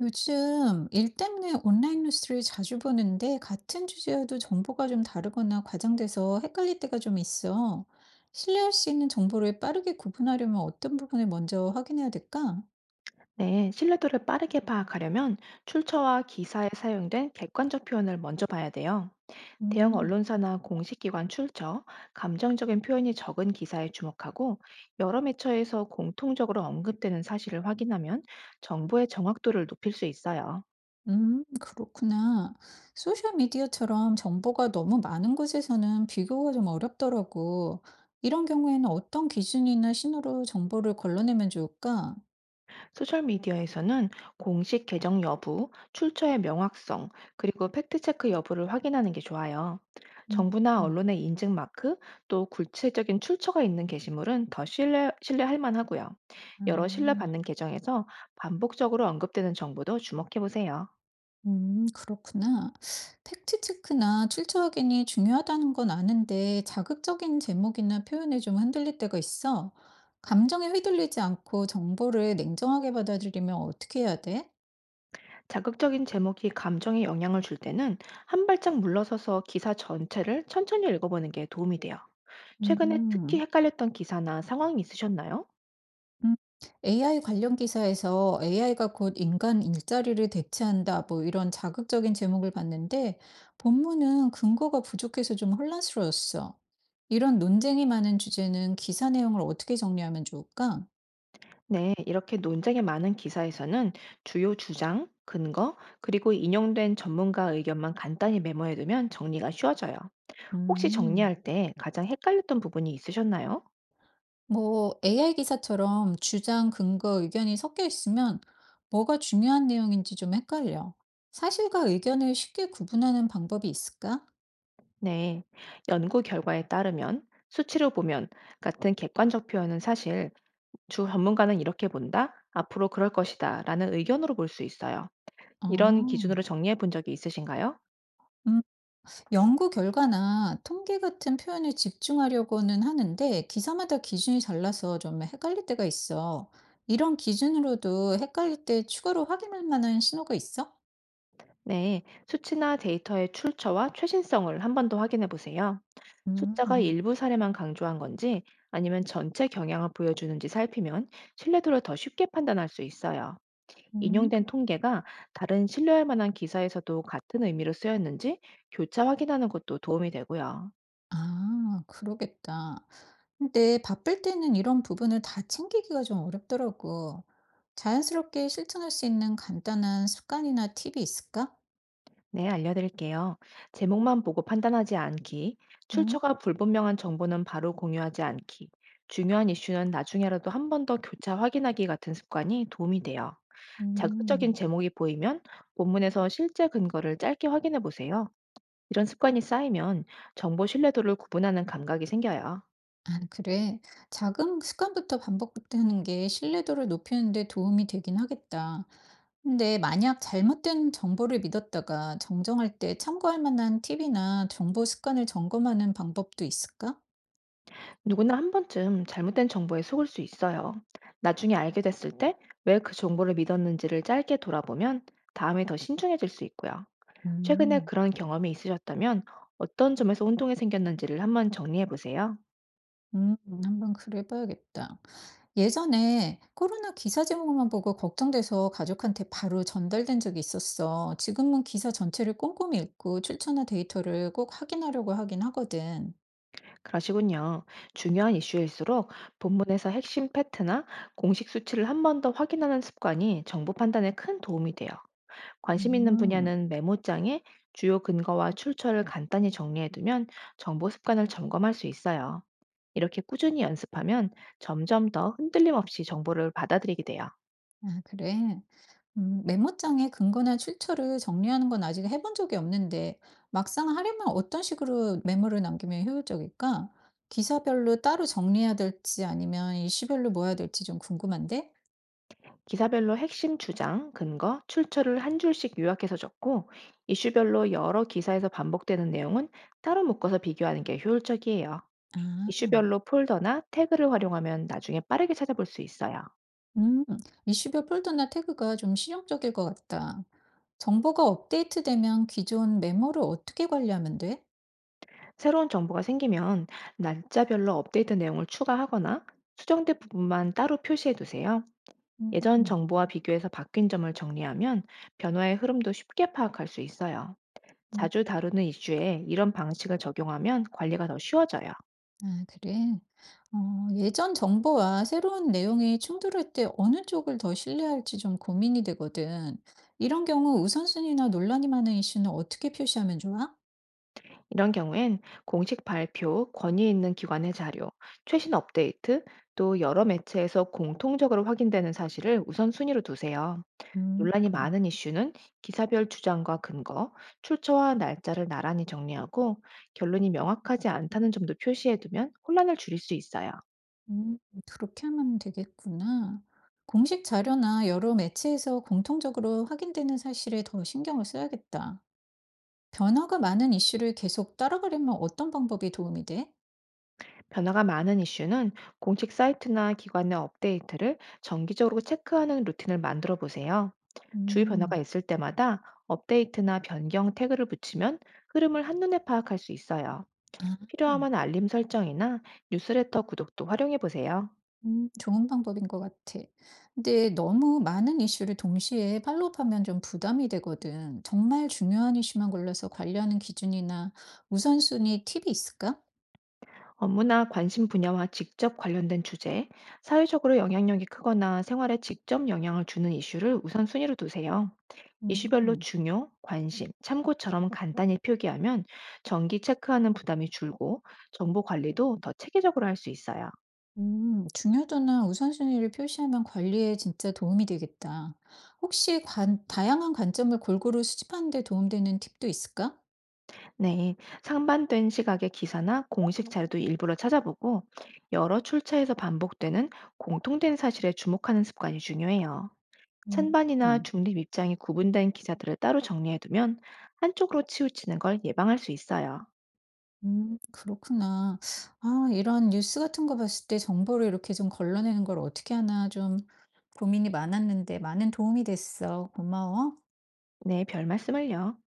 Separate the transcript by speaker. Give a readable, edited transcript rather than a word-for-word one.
Speaker 1: 요즘 일 때문에 온라인 뉴스를 자주 보는데 같은 주제여도 정보가 좀 다르거나 과장돼서 헷갈릴 때가 좀 있어. 신뢰할 수 있는 정보를 빠르게 구분하려면 어떤 부분을 먼저 확인해야 될까?
Speaker 2: 네, 신뢰도를 빠르게 파악하려면 출처와 기사에 사용된 객관적 표현을 먼저 봐야 돼요. 대형
Speaker 1: 음,
Speaker 2: 언론사나 공식 기관 출처, 감정적인 표현이 적은 기사에 주목하고 여러 매체에서 공통적으로 언급되는 사실을 확인하면 정보의 정확도를 높일 수 있어요.
Speaker 1: 그렇구나. 소셜미디어처럼 정보가 너무 많은 곳에서는 비교가 좀 어렵더라고. 이런 경우에는 어떤 기준이나 신호로 정보를 걸러내면 좋을까?
Speaker 2: 소셜미디어에서는 공식 계정 여부, 출처의 명확성, 그리고 팩트체크 여부를 확인하는 게 좋아요.
Speaker 1: 음,
Speaker 2: 정부나
Speaker 1: 음.
Speaker 2: 언론의 인증 마크, 또 구체적인 출처가 있는 게시물은 더 신뢰할 만하고요. 여러
Speaker 1: 아.
Speaker 2: 신뢰받는 계정에서 반복적으로 언급되는 정보도 주목해 보세요.
Speaker 1: 그렇구나. 팩트체크나 출처 확인이 중요하다는 건 아는데 자극적인 제목이나 표현에 좀 흔들릴 때가 있어. 감정에 휘둘리지 않고 정보를 냉정하게 받아들이면 어떻게 해야 돼?
Speaker 2: 자극적인 제목이 감정에 영향을 줄 때는 한 발짝 물러서서 기사 전체를 천천히 읽어보는 게 도움이 돼요. 최근에 특히
Speaker 1: 음,
Speaker 2: 헷갈렸던 기사나 상황이 있으셨나요?
Speaker 1: 음. AI 관련 기사에서 AI가 곧 인간 일자리를 대체한다, 뭐 이런 자극적인 제목을 봤는데 본문은 근거가 부족해서 좀 혼란스러웠어. 이런 논쟁이 많은 주제는 기사 내용을 어떻게 정리하면 좋을까?
Speaker 2: 네, 이렇게 논쟁이 많은 기사에서는 주요 주장, 근거, 그리고 인용된 전문가 의견만 간단히 메모해두면 정리가 쉬워져요. 혹시
Speaker 1: 음.
Speaker 2: 정리할 때 가장 헷갈렸던 부분이 있으셨나요?
Speaker 1: 뭐 AI 기사처럼 주장, 근거, 의견이 섞여 있으면 뭐가 중요한 내용인지 좀 헷갈려. 사실과 의견을 쉽게 구분하는 방법이 있을까?
Speaker 2: 네, 연구 결과에 따르면, 수치로 보면 같은 객관적 표현은 사실 주 전문가는 이렇게 본다, 앞으로 그럴 것이다 라는 의견으로 볼 수 있어요. 이런
Speaker 1: 어.
Speaker 2: 기준으로 정리해 본 적이 있으신가요?
Speaker 1: 음, 연구 결과나 통계 같은 표현에 집중하려고는 하는데 기사마다 기준이 달라서 좀 헷갈릴 때가 있어. 이런 기준으로도 헷갈릴 때 추가로 확인할 만한 신호가 있어?
Speaker 2: 네, 수치나 데이터의 출처와 최신성을 한 번 더 확인해 보세요. 숫자가
Speaker 1: 음.
Speaker 2: 일부 사례만 강조한 건지 아니면 전체 경향을 보여주는지 살피면 신뢰도를 더 쉽게 판단할 수 있어요.
Speaker 1: 음.
Speaker 2: 인용된 통계가 다른 신뢰할 만한 기사에서도 같은 의미로 쓰였는지 교차 확인하는 것도 도움이 되고요.
Speaker 1: 아 그러겠다. 근데 바쁠 때는 이런 부분을 다 챙기기가 좀 어렵더라고. 자연스럽게 실천할 수 있는 간단한 습관이나 팁이 있을까?
Speaker 2: 네, 알려드릴게요. 제목만 보고 판단하지 않기,
Speaker 1: 음.
Speaker 2: 출처가 불분명한 정보는 바로 공유하지 않기, 중요한 이슈는 나중에라도 한 번 더 교차 확인하기 같은 습관이 도움이 돼요. 자극적인
Speaker 1: 음.
Speaker 2: 제목이 보이면 본문에서 실제 근거를 짧게 확인해 보세요. 이런 습관이 쌓이면 정보 신뢰도를 구분하는 감각이 생겨요.
Speaker 1: 아 그래. 작은 습관부터 반복하는 게 신뢰도를 높이는 데 도움이 되긴 하겠다. 근데 만약 잘못된 정보를 믿었다가 정정할 때 참고할 만한 팁이나 정보 습관을 점검하는 방법도 있을까?
Speaker 2: 누구나 한 번쯤 잘못된 정보에 속을 수 있어요. 나중에 알게 됐을 때 왜 그 정보를 믿었는지를 짧게 돌아보면 다음에 더 신중해질 수 있고요. 최근에
Speaker 1: 음.
Speaker 2: 그런 경험이 있으셨다면 어떤 점에서 혼동이 생겼는지를 한번 정리해 보세요.
Speaker 1: 음. 한번 그래 봐야겠다. 예전에 코로나 기사 제목만 보고 걱정돼서 가족한테 바로 전달된 적이 있었어. 지금은 기사 전체를 꼼꼼히 읽고 출처나 데이터를 꼭 확인하려고 하긴 하거든.
Speaker 2: 그러시군요. 중요한 이슈일수록 본문에서 핵심 팩트나 공식 수치를 한 번 더 확인하는 습관이 정보 판단에 큰 도움이 돼요. 관심 있는
Speaker 1: 음.
Speaker 2: 분야는 메모장에 주요 근거와 출처를 간단히 정리해두면 정보 습관을 점검할 수 있어요. 이렇게 꾸준히 연습하면 점점 더 흔들림 없이 정보를 받아들이게 돼요.
Speaker 1: 아 그래? 메모장에 근거나 출처를 정리하는 건 아직 해본 적이 없는데 막상 하려면 어떤 식으로 메모를 남기면 효율적일까? 기사별로 따로 정리해야 될지 아니면 이슈별로 모아야 될지 좀 궁금한데?
Speaker 2: 기사별로 핵심 주장, 근거, 출처를 한 줄씩 요약해서 적고 이슈별로 여러 기사에서 반복되는 내용은 따로 묶어서 비교하는 게 효율적이에요.
Speaker 1: 아.
Speaker 2: 이슈별로 폴더나 태그를 활용하면 나중에 빠르게 찾아볼 수 있어요.
Speaker 1: 음, 이슈별 폴더나 태그가 좀 실용적일 것 같다. 정보가 업데이트되면 기존 메모를 어떻게 관리하면 돼?
Speaker 2: 새로운 정보가 생기면 날짜별로 업데이트 내용을 추가하거나 수정된 부분만 따로 표시해 두세요.
Speaker 1: 음,
Speaker 2: 예전
Speaker 1: 음,
Speaker 2: 정보와 비교해서 바뀐 점을 정리하면 변화의 흐름도 쉽게 파악할 수 있어요.
Speaker 1: 음.
Speaker 2: 자주 다루는 이슈에 이런 방식을 적용하면 관리가 더 쉬워져요.
Speaker 1: 아, 그래. 어, 예전 정보와 새로운 내용이 충돌할 때 어느 쪽을 더 신뢰할지 좀 고민이 되거든. 이런 경우 우선순위나 논란이 많은 이슈는 어떻게 표시하면 좋아?
Speaker 2: 이런 경우엔 공식 발표, 권위 있는 기관의 자료, 최신 업데이트, 또 여러 매체에서 공통적으로 확인되는 사실을 우선순위로 두세요.
Speaker 1: 음,
Speaker 2: 논란이
Speaker 1: 음,
Speaker 2: 많은 이슈는 기사별 주장과 근거, 출처와 날짜를 나란히 정리하고 결론이 명확하지 않다는 점도 표시해두면 혼란을 줄일 수 있어요.
Speaker 1: 음, 그렇게 하면 되겠구나. 공식 자료나 여러 매체에서 공통적으로 확인되는 사실에 더 신경을 써야겠다. 변화가 많은 이슈를 계속 따라가려면 어떤 방법이 도움이 돼?
Speaker 2: 변화가 많은 이슈는 공식 사이트나 기관의 업데이트를 정기적으로 체크하는 루틴을 만들어 보세요. 주요 변화가
Speaker 1: 음.
Speaker 2: 있을 때마다 업데이트나 변경 태그를 붙이면 흐름을 한눈에 파악할 수 있어요.
Speaker 1: 아.
Speaker 2: 필요하면 알림 설정이나 뉴스레터 구독도 활용해 보세요.
Speaker 1: 좋은 방법인 것 같아. 근데 너무 많은 이슈를 동시에 팔로우하면 좀 부담이 되거든. 정말 중요한 이슈만 골라서 관리하는 기준이나 우선순위 팁이 있을까?
Speaker 2: 업무나 관심 분야와 직접 관련된 주제, 사회적으로 영향력이 크거나 생활에 직접 영향을 주는 이슈를 우선순위로 두세요. 이슈별로
Speaker 1: 음.
Speaker 2: 중요, 관심, 참고처럼 간단히 표기하면 정기 체크하는 부담이 줄고 정보 관리도 더 체계적으로 할 수 있어요.
Speaker 1: 음. 중요도나 우선순위를 표시하면 관리에 진짜 도움이 되겠다. 혹시 관 다양한 관점을 골고루 수집하는 데 도움되는 팁도 있을까?
Speaker 2: 네, 상반된 시각의 기사나 공식 자료도 일부러 찾아보고 여러 출처에서 반복되는 공통된 사실에 주목하는 습관이 중요해요.
Speaker 1: 음.
Speaker 2: 찬반이나
Speaker 1: 음.
Speaker 2: 중립 입장이 구분된 기사들을 따로 정리해두면 한쪽으로 치우치는 걸 예방할 수 있어요.
Speaker 1: 그렇구나. 아 이런 뉴스 같은 거 봤을 때 정보를 이렇게 좀 걸러내는 걸 어떻게 하나 좀 고민이 많았는데 많은 도움이 됐어. 고마워.
Speaker 2: 네, 별 말씀을요.